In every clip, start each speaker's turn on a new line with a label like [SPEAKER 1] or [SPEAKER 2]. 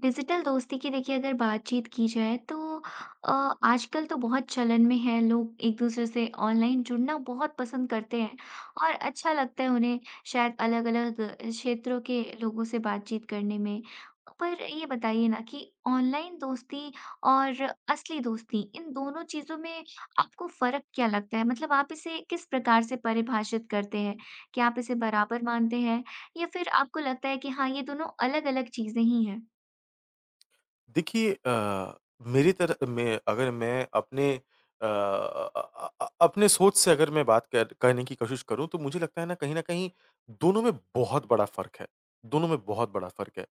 [SPEAKER 1] Digital दोस्ती की देखिए अगर बातचीत की जाए तो अ, आजकल तो बहुत चलन में है लोग एक दूसरे से ऑनलाइन जुड़ना बहुत पसंद करते हैं और अच्छा लगता है उन्हें शायद अलग-अलग क्षेत्रों के लोगों से बातचीत करने में। पर ये बताइए ना कि ऑनलाइन दोस्ती और असली दोस्ती इन दोनों चीज़ों में आपको फ़र्क क्या लगता है? मतलब आप इसे किस प्रकार से परिभाषित करते हैं? क्या आप इसे बराबर मानते हैं या फिर आपको लगता है कि हाँ, ये दोनों अलग-अलग चीज़ें ही हैं?
[SPEAKER 2] देखिए मेरी तरह मैं अगर मैं अपने अपने सोच से अगर मैं बात कर करने की कोशिश करूँ तो मुझे लगता है ना कहीं न कहीं दोनों में बहुत बड़ा फ़र्क है। दोनों में बहुत बड़ा फ़र्क है।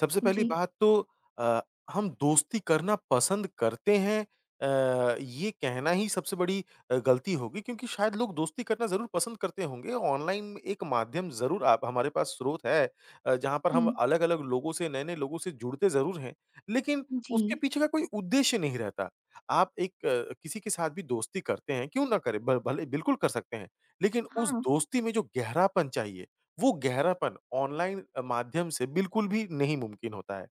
[SPEAKER 2] सबसे पहली
[SPEAKER 1] जी।
[SPEAKER 2] बात तो अ, हम दोस्ती करना पसंद करते हैं ये कहना ही सबसे बड़ी गलती होगी क्योंकि शायद लोग दोस्ती करना ज़रूर पसंद करते होंगे। ऑनलाइन एक माध्यम ज़रूर आप हमारे पास स्रोत है जहाँ पर
[SPEAKER 1] हुँ,
[SPEAKER 2] हम अलग-अलग लोगों से नए-नए लोगों से जुड़ते ज़रूर हैं, लेकिन
[SPEAKER 1] जी।
[SPEAKER 2] उसके पीछे का कोई उद्देश्य नहीं रहता। आप एक किसी के साथ भी दोस्ती करते हैं, क्यों ना करें? ब भले बिल्कुल कर सकते हैं, लेकिन उस
[SPEAKER 1] हाँ।
[SPEAKER 2] दोस्ती में जो गहरापन चाहिए वो गहरापन ऑनलाइन माध्यम से बिल्कुल भी नहीं मुमकिन होता है।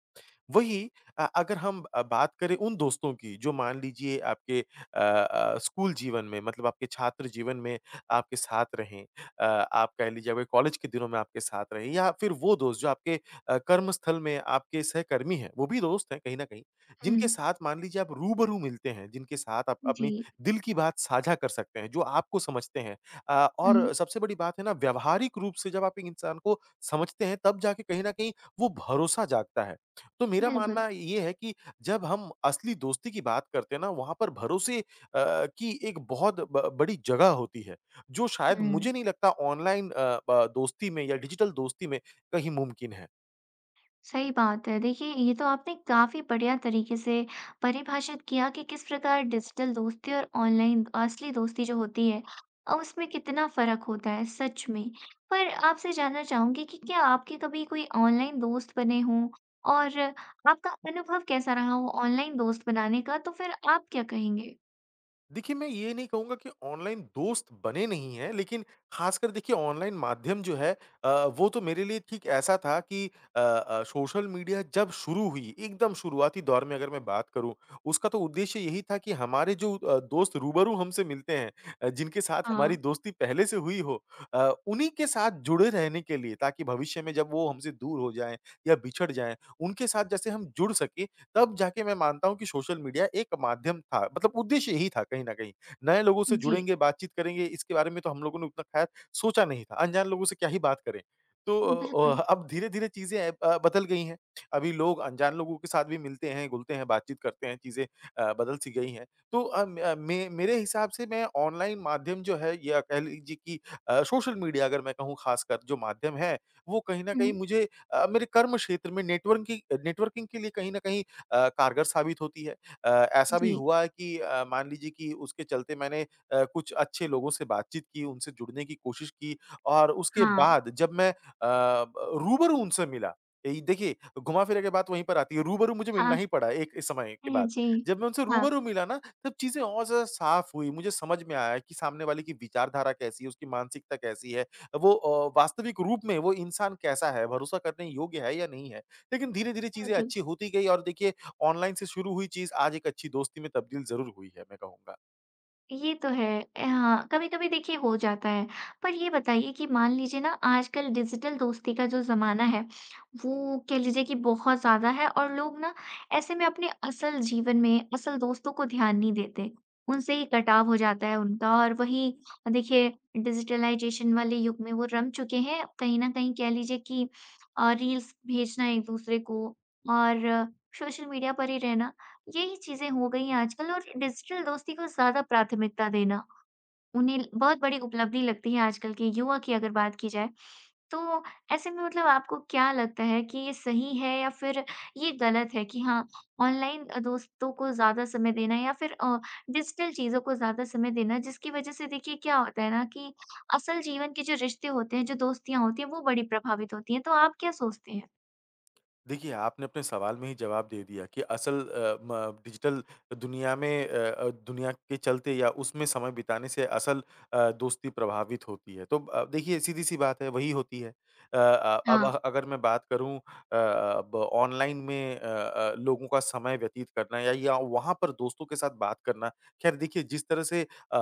[SPEAKER 2] वहीं अगर हम बात करें उन दोस्तों की जो मान लीजिए आपके स्कूल जीवन में मतलब आपके छात्र जीवन में आपके साथ रहें अ, आप कह लीजिए आपके कॉलेज के दिनों में आपके साथ रहें या फिर वो दोस्त जो आपके कर्मस्थल में आपके सहकर्मी हैं, वो भी दोस्त हैं कहीं न कहीं,
[SPEAKER 1] हुँ।
[SPEAKER 2] जिनके साथ मान लीजिए आप रूबरू मिलते हैं, जिनके साथ आप
[SPEAKER 1] जी।
[SPEAKER 2] अपनी दिल की बात साझा कर सकते हैं, जो आपको समझते हैं।
[SPEAKER 1] हुँ,
[SPEAKER 2] और सबसे बड़ी बात है ना व्यावहारिक रूप से जब आप एक इंसान को समझते हैं तब जाके कहीं न कहीं वो भरोसा जागता है। तो मेरा
[SPEAKER 1] बिल्कुल।
[SPEAKER 2] मानना ये है कि जब हम असली दोस्ती की बात करते हैं ना, वहाँ पर भरोसे की एक बहुत ब बड़ी जगह होती है, जो शायद मुझे
[SPEAKER 1] हुँ,
[SPEAKER 2] नहीं लगता ऑनलाइन ब दोस्ती में या डिजिटल दोस्ती में कहीं मुमकिन है।
[SPEAKER 1] सही बात है। देखिए, ये तो आपने काफ़ी बढ़िया तरीके से परिभाषित किया कि किस प्रकार डिजिटल दोस्ती और ऑनलाइन असली दोस्ती जो होती है उसमें कितना फ़र्क होता है, सच में। पर आपसे जानना चाहूँगी कि क्या आपके कभी कोई ऑनलाइन दोस्त बने हों और आपका अनुभव कैसा रहा हो ऑनलाइन दोस्त बनाने का? तो फिर आप क्या कहेंगे?
[SPEAKER 2] देखिए, मैं ये नहीं कहूँगा कि ऑनलाइन दोस्त बने नहीं हैं, लेकिन ख़ासकर देखिए ऑनलाइन माध्यम जो है अ, वो तो मेरे लिए ठीक ऐसा था कि सोशल मीडिया जब शुरू हुई, एकदम शुरुआती दौर में अगर मैं बात करूँ, उसका तो उद्देश्य यही था कि हमारे जो दोस्त रूबरू हमसे मिलते हैं जिनके साथ हमारी
[SPEAKER 1] हाँ।
[SPEAKER 2] दोस्ती पहले से हुई हो उन्हीं के साथ जुड़े रहने के लिए ताकि भविष्य में जब वो हमसे दूर हो जाएँ या बिछड़ जाएँ, उनके साथ जैसे हम जुड़ सकें तब जाके मैं मानता हूँ कि सोशल मीडिया एक माध्यम था मतलब उद्देश्य यही था कहीं न कहीं। नए लोगों से
[SPEAKER 1] जी,
[SPEAKER 2] जुड़ेंगे, बातचीत करेंगे इसके बारे में तो हम लोगों ने उतना ख़ैर सोचा नहीं था। अनजान लोगों से क्या ही बात करें। तो
[SPEAKER 1] बिल्कुल।
[SPEAKER 2] अब धीरे-धीरे चीज़ें ब बदल गई हैं। अभी लोग अनजान लोगों के साथ भी मिलते हैं, घुलते हैं, बातचीत करते हैं, चीज़ें बदल सी गई हैं। तो म मे मेरे हिसाब से मैं ऑनलाइन माध्यम जो है या कह लीजिए कि सोशल मीडिया अगर मैं कहूँ ख़ासकर जो माध्यम है, वो कहीं न
[SPEAKER 1] हुँ,
[SPEAKER 2] कहीं मुझे मेरे कर्म क्षेत्र में नेटवर्क की नेटवर्किंग के लिए कहीं न कहीं कारगर साबित होती है। अ, ऐसा भी
[SPEAKER 1] जी।
[SPEAKER 2] हुआ है कि मान लीजिए कि उसके चलते मैंने कुछ अच्छे लोगों से बातचीत की, उनसे जुड़ने की कोशिश की और उसके
[SPEAKER 1] हाँ,
[SPEAKER 2] बाद जब मैं ब रूबरू उनसे मिला, ये देखिए घुमा-फिरा के बात वहीं पर आती है, रूबरू मुझे मिलना
[SPEAKER 1] हाँ।
[SPEAKER 2] ही पड़ा एक इस समय के
[SPEAKER 1] अ,
[SPEAKER 2] बाद।
[SPEAKER 1] जी।
[SPEAKER 2] जब मैं उनसे
[SPEAKER 1] हाँ,
[SPEAKER 2] रूबरू मिला ना, तब चीज़ें और ज़्यादा साफ़ हुई, मुझे समझ में आया कि सामने वाले की विचारधारा कैसी है, उसकी मानसिकता कैसी है, वो वास्तविक रूप में वो इंसान कैसा है, भरोसा करने योग्य है या नहीं है। लेकिन धीरे-धीरे चीज़ें
[SPEAKER 1] बिल्कुल,
[SPEAKER 2] अच्छी होती गई और देखिए ऑनलाइन से शुरू हुई चीज़ आज एक अच्छी दोस्ती में तब्दील ज़रूर हुई है, मैं कहूँगा।
[SPEAKER 1] ये तो है। अ, हाँ, कभी-कभी देखिए हो जाता है। पर ये बताइए कि मान लीजिए ना आजकल डिजिटल दोस्ती का जो ज़माना है, वो कह लीजिए कि बहुत ज़्यादा है और लोग ना ऐसे में अपने असल जीवन में, असल दोस्तों को ध्यान नहीं देते। उनसे ही कटाव हो जाता है उनका और वही देखिए डिजिटलाइज़ेशन वाले युग में वो रम चुके हैं। कहीं न कहीं कह लीजिए कि रील्स भेजना एक-दूसरे को और सोशल मीडिया पर ही रहना। यही चीज़ें हो गई हैं आजकल और डिजिटल दोस्ती को ज़्यादा प्राथमिकता देना, उन्हें बहुत बड़ी उपलब्धि लगती है आजकल के युवा की अगर बात की जाए। तो ऐसे में मतलब आपको क्या लगता है कि ये सही है या फिर ये गलत है कि हाँ, ऑनलाइन दोस्तों को ज़्यादा समय देना या फिर डिजिटल चीज़ों को ज़्यादा समय देना जिसकी वज़ह से देखिए क्या होता है ना कि असल जीवन के जो रिश्ते होते हैं, जो दोस्तियाँ होती हैं वो बड़ी प्रभावित होती हैं। तो आप क्या सोचते हैं?
[SPEAKER 2] देखिए, आपने अपने सवाल में ही जवाब दे दिया कि असल म डिजिटल दुनिया में दुनिया के चलते या उसमें समय बिताने से असल दोस्ती प्रभावित होती है। तो देखिए सीधी-सी बात है, वही होती है। अब
[SPEAKER 1] हाँ,
[SPEAKER 2] अगर मैं बात करूँ अब ऑनलाइन में लोगों का समय व्यतीत करना या वहाँ पर दोस्तों के साथ बात करना, खैर देखिए जिस तरह से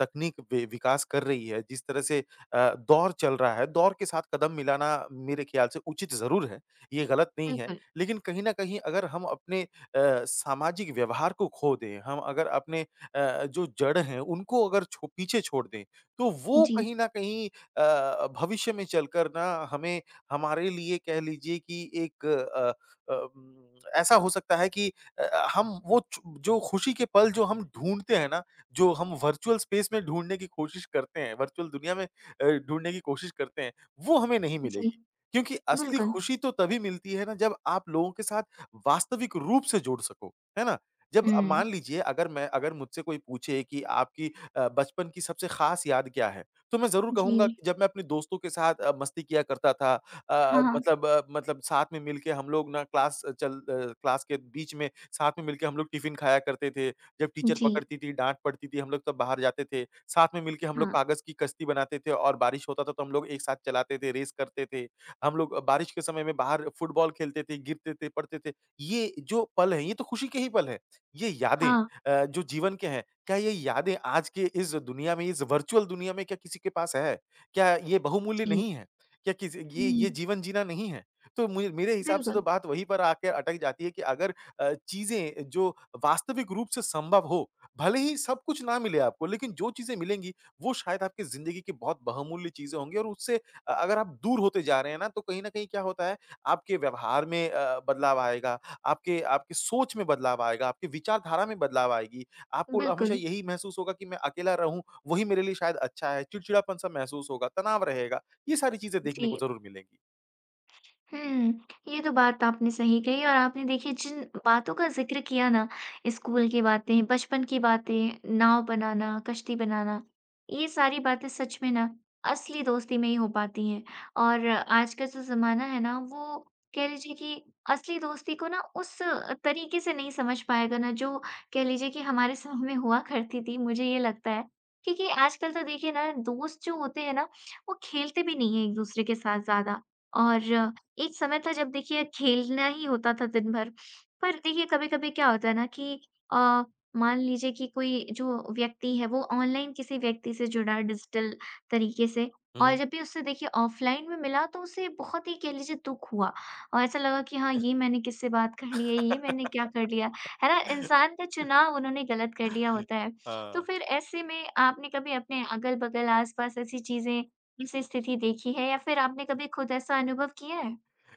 [SPEAKER 2] तकनीक वि विकास कर रही है, जिस तरह से दौर चल रहा है, दौर के साथ कदम मिलाना मेरे ख़्याल से उचित ज़रूर है। ये गलत नहीं है।
[SPEAKER 1] बिल्कुल।
[SPEAKER 2] लेकिन कहीं न कहीं अगर हम अपने सामाजिक व्यवहार को खो दें, हम अगर अपने जो जड़ हैं उनको अगर छो पीछे छोड़ दें, तो वो
[SPEAKER 1] जी,
[SPEAKER 2] कहीं न कहीं भविष्य में चलकर ना हमें हमारे लिए कह लीजिए कि एक अम, ऐसा हो सकता है कि हम वो च जो खुशी के पल जो हम ढूँढते हैं ना, जो हम वर्चुअल स्पेस में ढूँढने की कोशिश करते हैं, वर्चुअल दुनिया में ढूँढने की कोशिश करते हैं, वो हमें नहीं
[SPEAKER 1] जी,
[SPEAKER 2] मिलेगी। क्योंकि असली
[SPEAKER 1] बिल्कुल।
[SPEAKER 2] खुशी तो तभी मिलती है ना जब आप लोगों के साथ वास्तविक रूप से जुड़ सको, है ना? जब मान
[SPEAKER 1] हुँ।
[SPEAKER 2] लीजिए अगर मुझसे कोई पूछे कि आपकी बचपन की सबसे ख़ास याद क्या है? तो मैं ज़रूर
[SPEAKER 1] जी।
[SPEAKER 2] कहूँगा कि जब मैं अपने दोस्तों के साथ मस्ती किया करता था अ,
[SPEAKER 1] हाँ,
[SPEAKER 2] मतलब अ, मतलब साथ में मिलके हम लोग ना क्लास अ, चल अ, क्लास के बीच में साथ में मिलके हम लोग टिफ़िन खाया करते थे। जब टीचर
[SPEAKER 1] जी,
[SPEAKER 2] पकड़ती थी, डाँट पड़ती थी, हम लोग तब बाहर जाते थे। साथ में मिलके हम लोग
[SPEAKER 1] हाँ,
[SPEAKER 2] कागज़ की कश्ती बनाते थे और बारिश होता था तो हम लोग एक साथ चलाते थे, रेस करते थे। हम लोग बारिश के समय में बाहर फुटबॉल खेलते थे, गिरते थे, पड़ते थे। ये जो पल हैं, ये तो खुशी के ही पल हैं। ये यादें
[SPEAKER 1] हाँ,
[SPEAKER 2] जो जीवन के हैं, क्या ये यादें आज के इस दुनिया में, इस वर्चुअल दुनिया में क्या किसी के पास है? क्या ये बहुमूल्य
[SPEAKER 1] जी।
[SPEAKER 2] नहीं है? क्या किसी ये
[SPEAKER 1] हुँ,
[SPEAKER 2] ये जीवन जीना नहीं है? तो मुझे मेरे हिसाब से तो
[SPEAKER 1] बिल्कुल,
[SPEAKER 2] बात वहीं पर आके अटक जाती है कि अगर चीज़ें जो वास्तविक रूप से संभव हो, भले ही सब कुछ ना मिले आपको, लेकिन जो चीज़ें मिलेंगी, वो शायद आपकी ज़िंदगी की बहुत बहुमूल्य चीज़ें होंगी और उससे अगर आप दूर होते जा रहे हैं ना, तो कहीं न कहीं क्या होता है, आपके व्यवहार में बदलाव आएगा, आपके आपकी सोच में बदलाव आएगा, आपकी विचारधारा में बदलाव आएगी। आपको ल हमेशा
[SPEAKER 1] बिल्कुल।
[SPEAKER 2] यही महसूस होगा कि मैं अकेला रहूँ, वही मेरे लिए शायद अच्छा है, चिड़चिड़ापन-सा महसूस होगा, तनाव रहेगा। ये सारी चीज़ें देखने को
[SPEAKER 1] जी,
[SPEAKER 2] ज़रूर मिलेंगी।
[SPEAKER 1] हुँ, ये तो बात आपने सही कही और आपने देखिए जिन बातों का ज़िक्र किया ना, स्कूल की बातें, बचपन की बातें, नाव बनाना, कश्ती बनाना, ये सारी बातें सच में ना असली दोस्ती में ही हो पाती हैं। और आज का जो ज़माना है ना, वो कह लीजिए कि असली दोस्ती को ना उस तरीके से नहीं समझ पाएगा ना, जो कह लीजिए कि हमारे समय में हुआ करती थी, मुझे ये लगता है। क्योंकि आजकल तो देखिए ना, दोस्त जो होते हैं ना, वो खेलते भी नहीं हैं एक-दूसरे के साथ ज़्यादा और एक समय था जब देखिए खेलना ही होता था दिन भर। पर देखिए कभी-कभी क्या होता है ना कि अ, मान लीजिए कि कोई जो व्यक्ति है वो ऑनलाइन किसी व्यक्ति से जुड़ा है डिजिटल तरीके से और
[SPEAKER 2] हुँ,
[SPEAKER 1] जब भी उससे देखिए ऑफलाइन में मिला तो उसे बहुत ही कह लीजिए दुःख हुआ और ऐसा लगा कि हाँ, ये मैंने किससे बात कर ली है, ये मैंने क्या कर लिया, है ना? इंसान का चुनाव उन्होंने गलत कर लिया
[SPEAKER 2] हुँ।
[SPEAKER 1] होता है। तो
[SPEAKER 2] हाँ।
[SPEAKER 1] फिर ऐसे में आपने कभी अपने अगल-बगल, आस-पास ऐसी चीज़ें, ऐसी स्थिति देखी है या फिर आपने कभी खुद ऐसा अनुभव किया है?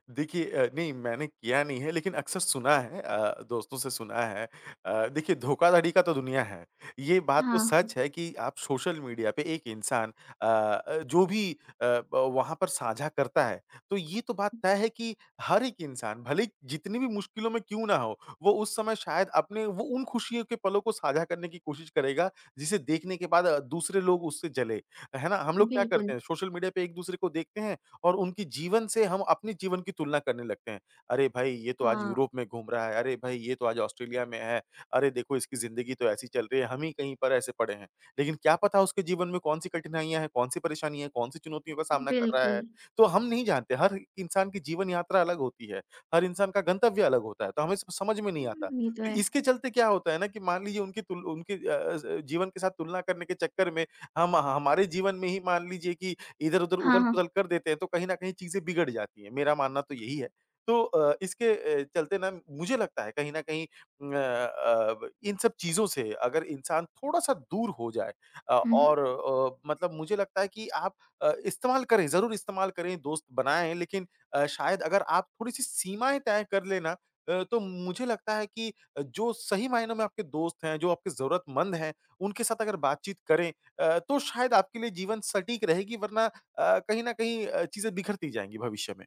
[SPEAKER 2] देखिए नहीं मैंने किया नहीं है लेकिन अक्सर सुना है दोस्तों से सुना है। देखिए धोखाधड़ी का तो दुनिया है। ये बात तो
[SPEAKER 1] हाँ,
[SPEAKER 2] सच है कि आप सोशल मीडिया पे एक इंसान जो भी ब वहाँ पर साझा करता है, तो ये तो बात तय है कि हर एक इंसान भले ही जितनी भी मुश्किलों में क्यों ना हो, वो उस समय शायद अपने वो उन खुशियों के पलों को साझा करने की कोशिश करेगा, जिसे देखने के बाद दूसरे लोग उससे जले। है ना? हम लोग क्या करते
[SPEAKER 1] बिल्कुल।
[SPEAKER 2] हैं सोशल मीडिया पे एक-दूसरे को देखते हैं और उनके जीवन से हम अपने जीवन की तुलना करने लगते हैं। अरे भाई, ये तो आज
[SPEAKER 1] हाँ,
[SPEAKER 2] यूरोप में घूम रहा है, अरे भाई ये तो आज ऑस्ट्रेलिया में है, अरे देखो इसकी ज़िंदगी तो ऐसी चल रही है, हम ही कहीं पर ऐसे पड़े हैं। लेकिन क्या पता उसके जीवन में कौन-सी कठिनाइयाँ हैं, कौन-सी परेशानी है, कौन-सी चुनौतियों का सामना कर रहा है।
[SPEAKER 1] बिल्कुल।
[SPEAKER 2] तो हम नहीं जानते, हर इंसान की जीवन यात्रा अलग होती है, हर इंसान का गंतव्य अलग होता है, तो हमें स समझ में नहीं आता।
[SPEAKER 1] हुँ, ये तो
[SPEAKER 2] तो
[SPEAKER 1] है।
[SPEAKER 2] इसके चलते क्या होता है ना कि मान लीजिए उनकी तुल उनके अ अ, ज़ जीवन के साथ तुलना करने के चक्कर में हम हमारे जीवन में ही मान लीजिए कि इधर-उधर,
[SPEAKER 1] हाँ, हाँ।
[SPEAKER 2] उथल-पुथल कर देते हैं तो कहीं न कहीं चीज़ें बिगड़ जाती हैं, मेरा मानना तो यही है। तो इसके चलते ना मुझे लगता है कहीं न कहीं अब इन सब चीज़ों से अगर इंसान थोड़ा-सा दूर हो जाए और
[SPEAKER 1] हुँ,
[SPEAKER 2] मतलब मुझे लगता है कि आप इस्तेमाल करें, ज़रूर इस्तेमाल करें, दोस्त बनाएँ लेकिन शायद अगर आप थोड़ी-सी सीमाएँ तय कर लें ना तो मुझे लगता है कि जो सही मायनों में आपके दोस्त हैं, जो आपके ज़रूरतमंद हैं, उनके साथ अगर बातचीत करें तो शायद आपके लिए जीवन सटीक रहेगी वरना कहीं न कहीं चीज़ें बिखरती जाएँगी भविष्य में।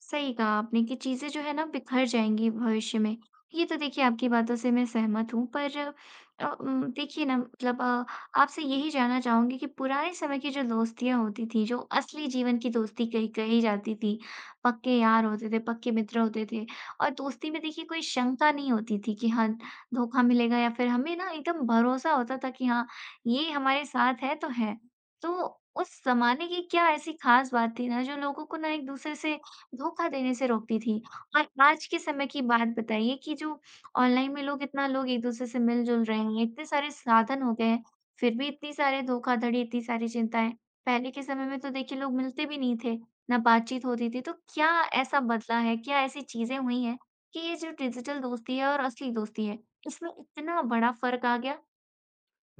[SPEAKER 1] सही कहा आपने कि चीज़ें जो है ना बिखर जाएँगी भविष्य में। ये तो देखिए आपकी बातों से मैं सहमत हूँ पर देखिए ना मतलब आपसे यही जानना चाहूँगी कि पुराने समय की जो दोस्तियाँ होती थी, जो असली जीवन की दोस्ती कही कही जाती थी, पक्के यार होते थे, पक्के मित्र होते थे और दोस्ती में देखिए कोई शंका नहीं होती थी कि हाँ, धोखा मिलेगा या फिर हमें ना एकदम भरोसा होता था कि हाँ, ये हमारे साथ है। तो उस ज़माने की क्या ऐसी ख़ास बात थी ना जो लोगों को ना एक-दूसरे से धोखा देने से रोकती थी। और आज के समय की बात बताइए कि जो ऑनलाइन में लोग इतना लोग एक-दूसरे से मिल-जुल रहे हैं, इतने सारे साधन हो गए हैं, फिर भी इतनी सारे धोखाधड़ी, इतनी सारी चिंताएँ। पहले के समय में तो देखिए लोग मिलते भी नहीं थे, ना बातचीत होती थी। तो क्या ऐसा बदला है, क्या ऐसी चीज़ें हुई हैं कि ये जो डिजिटल दोस्ती है और असली दोस्ती है, इसमें इतना बड़ा फ़र्क आ गया?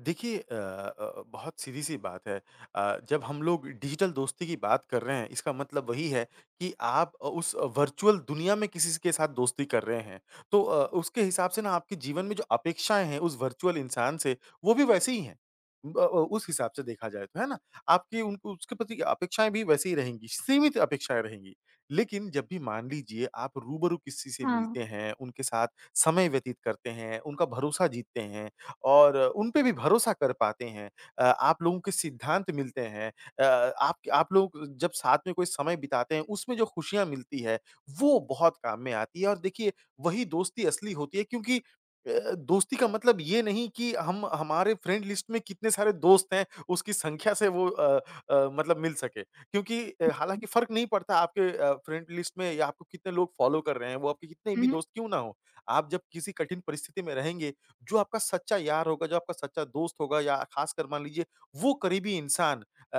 [SPEAKER 2] देखिए बहुत सीधी-सी बात है। जब हम लोग डिजिटल दोस्ती की बात कर रहे हैं, इसका मतलब वही है कि आप उस वर्चुअल दुनिया में किसी के साथ दोस्ती कर रहे हैं। तो उसके हिसाब से ना आपके जीवन में जो अपेक्षाएँ हैं उस वर्चुअल इंसान से, वो भी वैसी ही हैं। उस हिसाब से देखा जाए तो, है ना? आपकी उन उसके प्रति अपेक्षाएँ भी वैसी ही रहेंगी, सीमित अपेक्षाएँ रहेंगी। लेकिन जब भी मान लीजिए आप रूबरू किसी से
[SPEAKER 1] हाँ।
[SPEAKER 2] मिलते हैं, उनके साथ समय व्यतीत करते हैं, उनका भरोसा जीतते हैं और उन पे भी भरोसा कर पाते हैं। आप लोगों के सिद्धांत मिलते हैं। अ, आप लोग जब साथ में कोई समय बिताते हैं, उसमें जो खुशियाँ मिलती है, वो बहुत काम में आती है और देखिए वही दोस्ती असली होती है क्योंकि दोस्ती का मतलब ये नहीं कि हम हमारे फ्रेंड लिस्ट में कितने सारे दोस्त हैं, उसकी संख्या से वो मतलब मिल सके। क्योंकि हालाँकि फ़र्क नहीं पड़ता आपके फ्रेंड लिस्ट में या आपको कितने लोग फ़ॉलो कर रहे हैं, वो आपके कितने
[SPEAKER 1] हुँ,
[SPEAKER 2] भी
[SPEAKER 1] हुँ।
[SPEAKER 2] दोस्त क्यों ना हों। आप जब किसी कठिन परिस्थिति में रहेंगे जो आपका सच्चा यार होगा, जो आपका सच्चा दोस्त होगा या ख़ासकर मान लीजिए वो करीबी इंसान अ,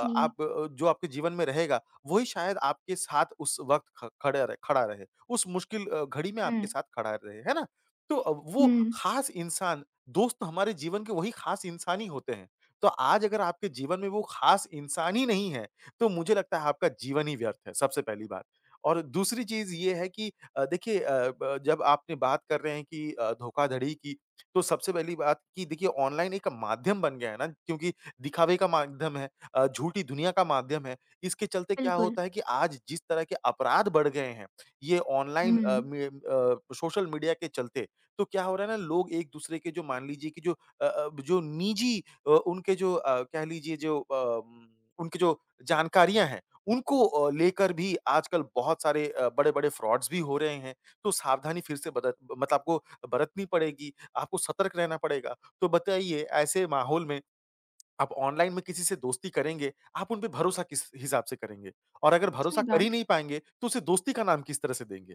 [SPEAKER 1] जी।
[SPEAKER 2] जो आपके जीवन में रहेगा, वही शायद आपके साथ उस वक़्त ख खड़े रहे खड़ा रहे। उस मुश्किल घड़ी में आपके
[SPEAKER 1] हुँ।
[SPEAKER 2] साथ खड़ा रहे, है ना? तो अ, वो
[SPEAKER 1] हुँ,
[SPEAKER 2] ख़ास इंसान दोस्त तो हमारे जीवन के वही ख़ास इंसान ही होते हैं। तो आज अगर आपके जीवन में वो ख़ास इंसान ही नहीं है, तो मुझे लगता है आपका जीवन ही व्यर्थ है, सबसे पहली बात। और दूसरी चीज़ ये है कि देखिए अ, ब जब आपने बात कर रहे हैं कि धोखाधड़ी की तो सबसे पहली बात कि देखिए ऑनलाइन एक माध्यम बन गया है ना क्योंकि दिखावे का माध्यम है, झूठी दुनिया का माध्यम है। इसके चलते क्या
[SPEAKER 1] बिल्कुल।
[SPEAKER 2] होता है कि आज जिस तरह के अपराध बढ़ गए हैं, ये ऑनलाइन
[SPEAKER 1] हुँ,
[SPEAKER 2] अ, मे अ, सोशल मीडिया के चलते। तो क्या हो रहा है ना लोग एक-दूसरे के जो मान लीजिए कि जो जो निजी अ, उनके जो अ, कह लीजिए जो अम, उनकी जो जानकारियाँ हैं, उनको लेकर भी आजकल बहुत सारे बड़े-बड़े फ्रॉड्स भी हो रहे हैं। तो सावधानी फिर से बरत मतलब आपको बरतनी पड़ेगी। आपको सतर्क रहना पड़ेगा। तो बताइए ऐसे माहौल में आप ऑनलाइन में किसी से दोस्ती करेंगे, आप उन पे भरोसा किस हिसाब से करेंगे? और अगर भरोसा
[SPEAKER 1] सही
[SPEAKER 2] कर
[SPEAKER 1] बात
[SPEAKER 2] ही नहीं
[SPEAKER 1] है।
[SPEAKER 2] पाएँगे, तो उसे दोस्ती का नाम किस तरह से देंगे?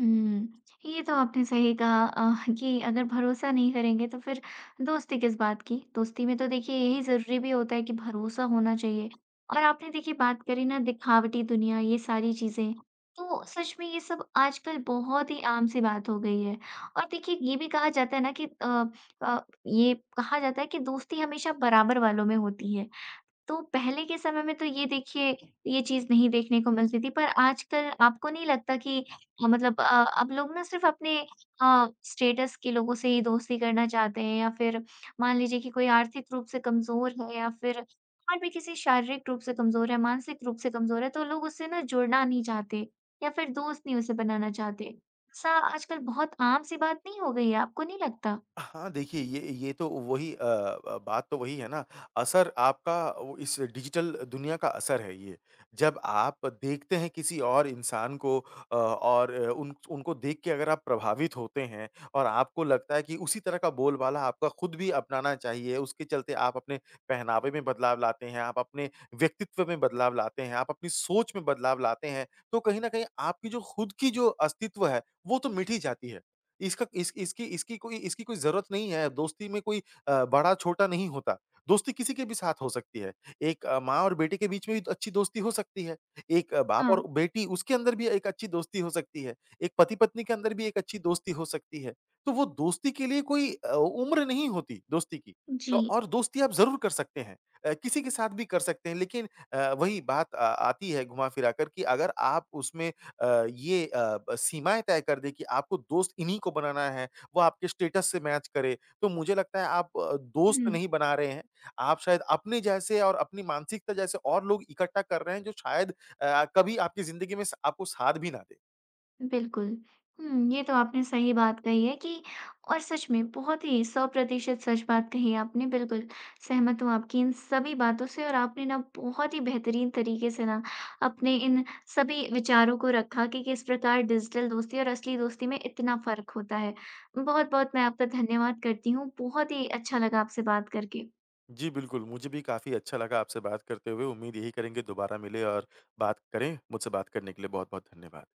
[SPEAKER 1] हुँ। ये तो आपने सही कहा कि अगर भरोसा नहीं करेंगे तो फिर दोस्ती किस बात की? दोस्ती में तो देखिए यही ज़रूरी भी होता है कि भरोसा होना चाहिए। और आपने देखिए बात करी ना दिखावटी दुनिया ये सारी चीज़ें, तो सच में ये सब आजकल बहुत ही आम सी बात हो गई है। और देखिए ये भी कहा जाता है ना कि अ, ये कहा जाता है कि दोस्ती हमेशा बराबर वालों में होती है। तो पहले के समय में तो ये देखिए, ये चीज़ नहीं देखने को मिलती थी, पर आजकल आपको नहीं लगता कि मतलब अब लोग ना सिर्फ़ अपने अ, स्टेटस के लोगों से ही दोस्ती करना चाहते हैं या फिर मान लीजिए कि कोई आर्थिक रूप से कमज़ोर है या फिर और भी किसी शारीरिक रूप से कमज़ोर है, मानसिक रूप से कमज़ोर है, तो लोग उससे ना जुड़ना नहीं चाहते या फिर दोस्त नहीं उसे बनाना चाहते। ऐसा आजकल बहुत आम-सी बात नहीं हो गई है, आपको नहीं लगता?
[SPEAKER 2] हाँ, देखिए ये तो वही बात तो वही है ना, असर आपका वो इस डिजिटल दुनिया का असर है ये। जब आप देखते हैं किसी और इंसान को उन उनको देख के अगर आप प्रभावित होते हैं और आपको लगता है कि उसी तरह का बोलबाला आपका खुद भी अपनाना चाहिए, उसके चलते आप अपने पहनावे में बदलाव लाते हैं, आप अपने व्यक्तित्व में बदलाव लाते हैं, आप अपनी सोच में बदलाव लाते हैं, तो कहीं न कहीं आपकी जो खुद की जो अस्तित्व है, वो तो मिट ही जाती है। इसका इस इसकी इसकी कोई ज़रूरत नहीं है, दोस्ती में कोई बड़ा-छोटा नहीं होता। दोस्ती किसी के भी साथ हो सकती है। एक माँ और बेटे के बीच में भी तो अच्छी दोस्ती हो सकती है। एक बाप
[SPEAKER 1] हाँ।
[SPEAKER 2] और बेटी उसके अंदर भी एक अच्छी दोस्ती हो सकती है। एक पति-पत्नी के अंदर भी एक अच्छी दोस्ती हो सकती है। तो वो दोस्ती के लिए कोई उम्र नहीं होती दोस्ती की।
[SPEAKER 1] जी।
[SPEAKER 2] और दोस्ती आप ज़रूर कर सकते हैं। किसी के साथ भी कर सकते हैं लेकिन वही बात आती है घुमा-फिरा कर कि अगर आप उसमें अ, ये अ, ब सीमाएँ तय कर दें कि आपको दोस्त इन्हीं को बनाना है, वो आपके स्टेटस से मैच करे, तो मुझे लगता है आप दोस्त नहीं बना रहे हैं, आप शायद अपने जैसे और अपनी मानसिकता जैसे और लोग इकट्ठा कर रहे हैं जो शायद कभी आपकी ज़िंदगी में स आपको साथ भी ना दें।
[SPEAKER 1] बिल्कुल। हुँ, ये तो आपने सही बात कही है कि और सच में बहुत ही 100% सच बात कही है आपने, बिल्कुल सहमत हूँ आपकी इन सभी बातों से और आपने ना बहुत ही बेहतरीन तरीके से ना अपने इन सभी विचारों को रखा कि किस प्रकार डिजिटल दोस्ती और असली दोस्ती में इतना फ़र्क होता है। बहुत-बहुत मैं आपका धन्यवाद करती हूँ, बहुत ही अच्छा लगा आपसे बात करके।
[SPEAKER 2] जी, बिल्कुल, मुझे भी काफ़ी अच्छा लगा आपसे बात करते हुए, उम्मीद यही करेंगे दोबारा मिले और बात करें। मुझसे बात करने के लिए बहुत-बहुत धन्यवाद।